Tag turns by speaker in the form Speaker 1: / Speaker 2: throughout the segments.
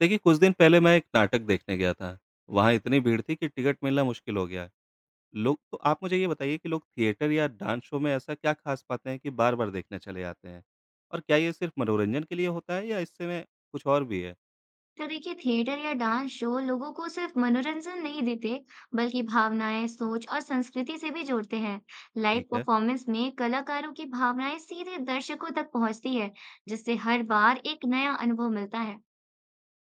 Speaker 1: देखिए, कुछ दिन पहले मैं एक नाटक देखने गया था। वहाँ इतनी भीड़ थी कि टिकट मिलना मुश्किल हो गया। लोग तो आप मुझे ये बताइए कि लोग थिएटर या डांस शो में ऐसा क्या ख़ास पाते हैं कि बार-बार देखने चले आते हैं? और क्या ये सिर्फ़ मनोरंजन के लिए होता है या इससे में कुछ और भी है?
Speaker 2: तो देखिए, थिएटर या डांस शो लोगों को सिर्फ मनोरंजन नहीं देते, बल्कि भावनाएं, सोच और संस्कृति से भी जोड़ते हैं। लाइव
Speaker 1: ठीक है।
Speaker 2: परफॉर्मेंस में कलाकारों की भावनाएं सीधे दर्शकों तक पहुंचती है, जिससे हर बार एक नया अनुभव मिलता है।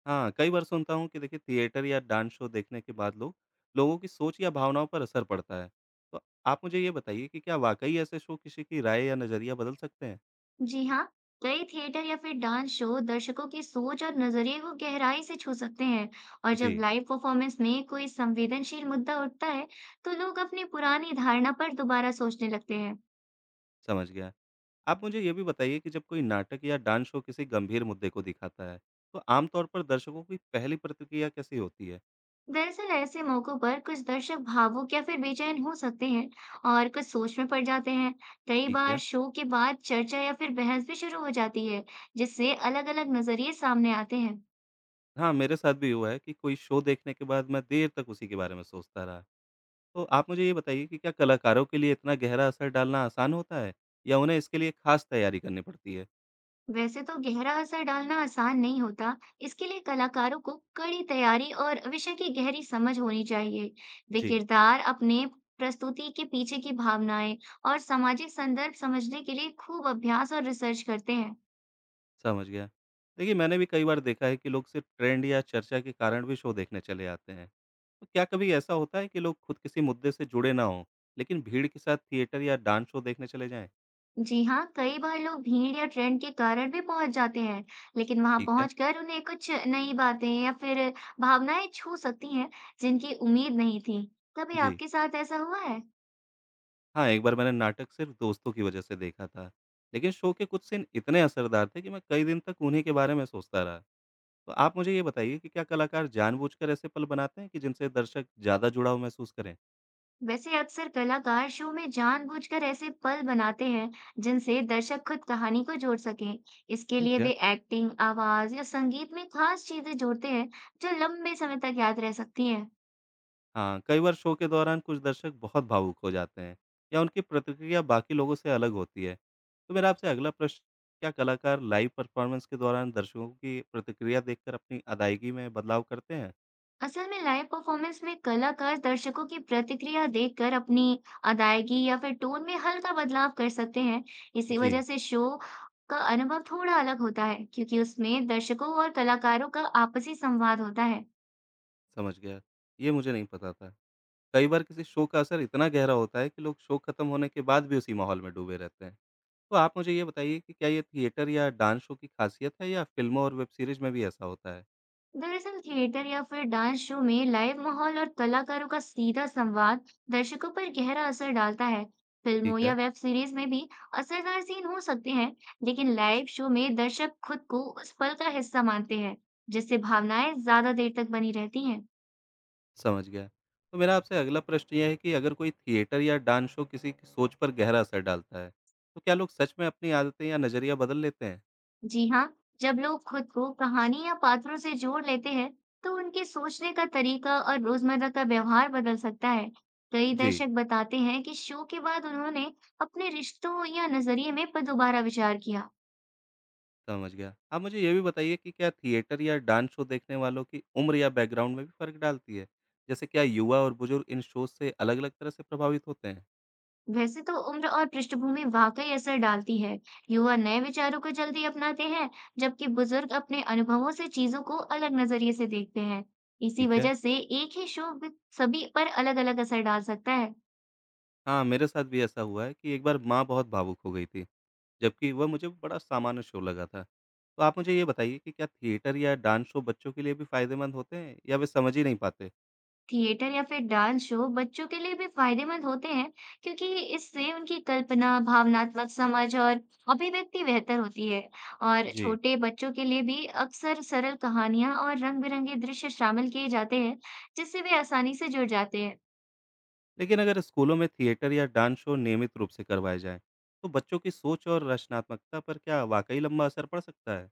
Speaker 1: हाँ, कई बार सुनता हूँ कि देखिए थिएटर या डांस शो देखने के बाद लोगों की सोच या भावनाओं पर असर पड़ता है। तो आप मुझे ये बताइए कि क्या वाक़ई ऐसे शो किसी की राय या नज़रिया बदल सकते हैं?
Speaker 2: जी हाँ, कई थिएटर या फिर डांस शो दर्शकों की सोच और नजरिए को गहराई से छू सकते हैं। और जब
Speaker 1: जी,
Speaker 2: लाइव परफॉर्मेंस में कोई संवेदनशील मुद्दा उठता है, तो लोग अपनी पुरानी धारणा पर दोबारा सोचने लगते हैं।
Speaker 1: समझ गया। आप मुझे ये भी बताइए कि जब कोई नाटक या डांस शो किसी गंभीर मुद्दे को दिखाता है, तो आमतौर पर दर्शकों की पहली प्रतिक्रिया कैसी होती है?
Speaker 2: दरअसल ऐसे मौकों पर कुछ दर्शक भावुक या फिर बेचैन हो सकते हैं, और कुछ सोच में पड़ जाते हैं। कई
Speaker 1: ठीक
Speaker 2: बार
Speaker 1: है।
Speaker 2: शो के बाद चर्चा या फिर बहस भी शुरू हो जाती है, जिससे अलग अलग नजरिए सामने आते हैं।
Speaker 1: हाँ, मेरे साथ भी हुआ है कि कोई शो देखने के बाद मैं देर तक उसी के बारे में सोचता रहा। तो आप मुझे ये बताइए कि क्या कलाकारों के लिए इतना गहरा असर डालना आसान होता है या उन्हें इसके लिए खास तैयारी करनी पड़ती है?
Speaker 2: वैसे तो गहरा असर डालना आसान नहीं होता। इसके लिए कलाकारों को कड़ी तैयारी और विषय की गहरी समझ होनी चाहिए। वे
Speaker 1: जी।
Speaker 2: किरदार, अपने प्रस्तुति के पीछे की भावनाएं और सामाजिक संदर्भ समझने के लिए खूब अभ्यास और रिसर्च करते हैं।
Speaker 1: समझ गया। देखिए, मैंने भी कई बार देखा है कि लोग सिर्फ़ ट्रेंड या चर्चा के कारण भी शो देखने चले आते हैं। तो क्या कभी ऐसा होता है कि लोग खुद किसी मुद्दे से जुड़े ना हों, लेकिन भीड़ के साथ थिएटर या डांस शो देखने चले जाएँ?
Speaker 2: जी हाँ, कई बार लोग भीड़ या ट्रेंड के कारण भी पहुंच जाते हैं, लेकिन वहां
Speaker 1: ठीक है।
Speaker 2: पहुंचकर उन्हें कुछ नई बातें या फिर भावनाएं छू सकती हैं, जिनकी उम्मीद नहीं थी। कभी
Speaker 1: जी।
Speaker 2: आपके साथ ऐसा हुआ है?
Speaker 1: हाँ, एक बार मैंने नाटक सिर्फ़ दोस्तों की वजह से देखा था, लेकिन शो के कुछ सीन इतने असरदार थे कि मैं कई दिन तक उन्हीं के बारे में सोचता रहा। तो आप मुझे ये बताइए कि क्या कलाकार जानबूझकर ऐसे पल बनाते हैं कि जिनसे दर्शक ज़्यादा जुड़ाव महसूस करें?
Speaker 2: वैसे अक्सर कलाकार शो में जानबूझकर ऐसे पल बनाते हैं, जिनसे दर्शक खुद कहानी को जोड़ सकें। इसके
Speaker 1: ठीक
Speaker 2: लिए
Speaker 1: है।
Speaker 2: वे एक्टिंग, आवाज या संगीत में खास चीजें जोड़ते हैं, जो लंबे समय तक याद रह सकती हैं।
Speaker 1: हाँ, कई बार शो के दौरान कुछ दर्शक बहुत भावुक हो जाते हैं या उनकी प्रतिक्रिया बाकी लोगों से अलग होती है। तो मेरा आपसे अगला प्रश्न, क्या कलाकार लाइव परफॉर्मेंस के दौरान दर्शकों की प्रतिक्रिया देखकर अपनी अदायगी में बदलाव करते हैं?
Speaker 2: असल में लाइव परफॉर्मेंस में कलाकार दर्शकों की प्रतिक्रिया देखकर अपनी अदायगी या फिर टोन में हल्का बदलाव कर सकते हैं। इसी वजह
Speaker 1: जी,
Speaker 2: से शो का अनुभव थोड़ा अलग होता है, क्योंकि उसमें दर्शकों और कलाकारों का आपसी संवाद होता है।
Speaker 1: समझ गया। ये मुझे नहीं पता था। कई बार किसी शो का असर इतना गहरा होता है कि लोग शो खत्म होने के बाद भी उसी माहौल में डूबे रहते हैं। तो आप मुझे ये बताइए कि क्या ये थिएटर या डांस शो की खासियत है या फिल्मों और वेब सीरीज में भी ऐसा होता है?
Speaker 2: दरअसल थिएटर या फिर डांस शो में लाइव माहौल और कलाकारों का सीधा संवाद दर्शकों पर गहरा असर डालता है। फिल्मों
Speaker 1: ठीक
Speaker 2: या
Speaker 1: है।
Speaker 2: वेब सीरीज में भी असरदार सीन हो सकते हैं, लेकिन लाइव शो में दर्शक खुद को उस पल का हिस्सा मानते हैं, जिससे भावनाएं ज्यादा देर तक बनी रहती हैं।
Speaker 1: समझ गया। तो मेरा आपसे अगला प्रश्न ये है कि अगर कोई थिएटर या डांस शो किसी की सोच पर गहरा असर डालता है, तो क्या लोग सच में अपनी आदतें या नज़रिया बदल लेते हैं?
Speaker 2: जी हाँ, जब लोग खुद को कहानी या पात्रों से जोड़ लेते हैं, तो उनके सोचने का तरीका और रोजमर्रा का व्यवहार बदल सकता है। कई
Speaker 1: जी,
Speaker 2: दर्शक बताते हैं कि शो के बाद उन्होंने अपने रिश्तों या नजरिए में पर दोबारा विचार किया।
Speaker 1: समझ गया। आप मुझे ये भी बताइए कि क्या थिएटर या डांस शो देखने वालों की उम्र या बैकग्राउंड में भी फ़र्क डालती है? जैसे क्या युवा और बुजुर्ग इन शोज़ से अलग-अलग तरह से प्रभावित होते हैं?
Speaker 2: वैसे तो उम्र और पृष्ठभूमि वाकई असर डालती है। युवा नए विचारों को जल्दी अपनाते हैं, जबकि बुजुर्ग अपने अनुभवों से चीजों को अलग नजरिए से देखते हैं। इसी
Speaker 1: ठीक है।
Speaker 2: वजह से एक ही शो सभी पर अलग-अलग असर डाल सकता है।
Speaker 1: हाँ, मेरे साथ भी ऐसा हुआ है कि एक बार माँ बहुत भावुक हो गई थी। जबकि वह मुझे बड़ा सामान्य शो लगा था। तो आप मुझे ये बताइए कि क्या थिएटर या डांस शो बच्चों के लिए भी फ़ायदेमंद होते हैं या वे समझ ही नहीं पाते?
Speaker 2: थिएटर या फिर डांस शो बच्चों के लिए भी फायदेमंद होते हैं, क्योंकि इससे उनकी कल्पना, भावनात्मक समझ और अभिव्यक्ति बेहतर होती है। और
Speaker 1: जी।
Speaker 2: छोटे बच्चों के लिए भी अक्सर सरल कहानियां और रंग बिरंगे दृश्य शामिल किए जाते हैं, जिससे वे आसानी से जुड़ जाते हैं।
Speaker 1: लेकिन अगर स्कूलों में थिएटर या डांस शो नियमित रूप से करवाए जाएँ, तो बच्चों की सोच और रचनात्मकता पर क्या वाक़ई लंबा असर पड़ सकता है?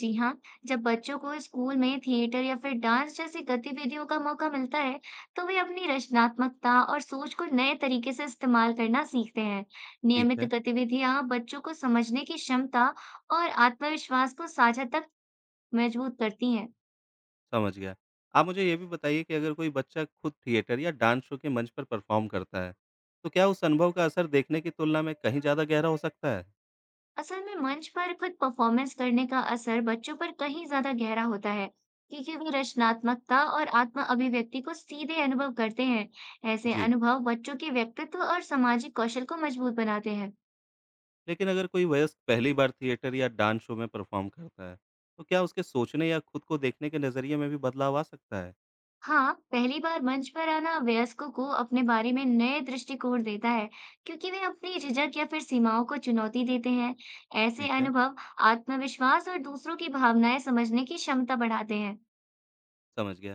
Speaker 2: जी हाँ, जब बच्चों को स्कूल में थिएटर या फिर डांस जैसी गतिविधियों का मौका मिलता है, तो वे अपनी रचनात्मकता और सोच को नए तरीके से इस्तेमाल करना सीखते हैं।
Speaker 1: ठीक
Speaker 2: नियमित
Speaker 1: है,
Speaker 2: गतिविधियां बच्चों को समझने की क्षमता और आत्मविश्वास को साझा तक मजबूत करती हैं।
Speaker 1: समझ गया। आप मुझे ये भी बताइए कि अगर कोई बच्चा खुद थिएटर या डांस शो के मंच पर परफ़ॉर्म करता है, तो क्या उस अनुभव का असर देखने की तुलना में कहीं ज़्यादा गहरा हो सकता है?
Speaker 2: असल में मंच पर खुद परफॉर्मेंस करने का असर बच्चों पर कहीं ज्यादा गहरा होता है, क्योंकि वे रचनात्मकता और आत्म अभिव्यक्ति को सीधे अनुभव करते हैं। ऐसे
Speaker 1: जी।
Speaker 2: अनुभव बच्चों के व्यक्तित्व और सामाजिक कौशल को मजबूत बनाते हैं।
Speaker 1: लेकिन अगर कोई वयस्क पहली बार थिएटर या डांस शो में परफॉर्म करता है, तो क्या उसके सोचने या खुद को देखने के नज़रिए में भी बदलाव आ सकता है?
Speaker 2: हाँ, पहली बार मंच पर आना वयस्कों को अपने बारे में नए दृष्टिकोण देता है, क्योंकि वे अपनी झिझक या फिर सीमाओं को चुनौती देते हैं। ऐसे
Speaker 1: ठीक है,
Speaker 2: अनुभव आत्मविश्वास और दूसरों की भावनाएं समझने की क्षमता बढ़ाते हैं।
Speaker 1: समझ गया।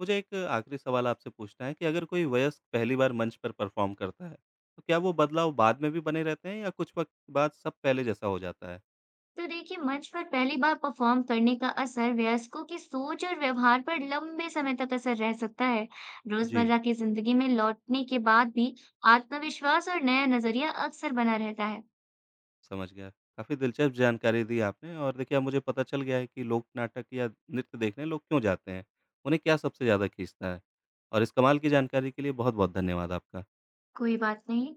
Speaker 1: मुझे एक आखिरी सवाल आपसे पूछना है कि अगर कोई वयस्क पहली बार मंच पर परफॉर्म करता है, तो क्या वो बदलाव बाद में भी बने रहते हैं या कुछ वक्त बाद सब पहले जैसा हो जाता है?
Speaker 2: तो देखिए, मंच पर पहली बार परफॉर्म करने का असर वयस्कों की सोच और व्यवहार पर लंबे समय तक असर रह सकता है।
Speaker 1: जी,
Speaker 2: रोजमर्रा की जिंदगी में लौटने के बाद भी आत्मविश्वास और नया नजरिया अक्सर बना रहता है।
Speaker 1: समझ गया। काफ़ी दिलचस्प जानकारी दी आपने और देखिए अब मुझे पता चल गया है कि लोक नाटक या नृत्य देखने लोग क्यों जाते हैं, उन्हें क्या सबसे ज़्यादा खींचता है। और इस कमाल की जानकारी के लिए बहुत-बहुत धन्यवाद आपका।
Speaker 2: कोई बात नहीं।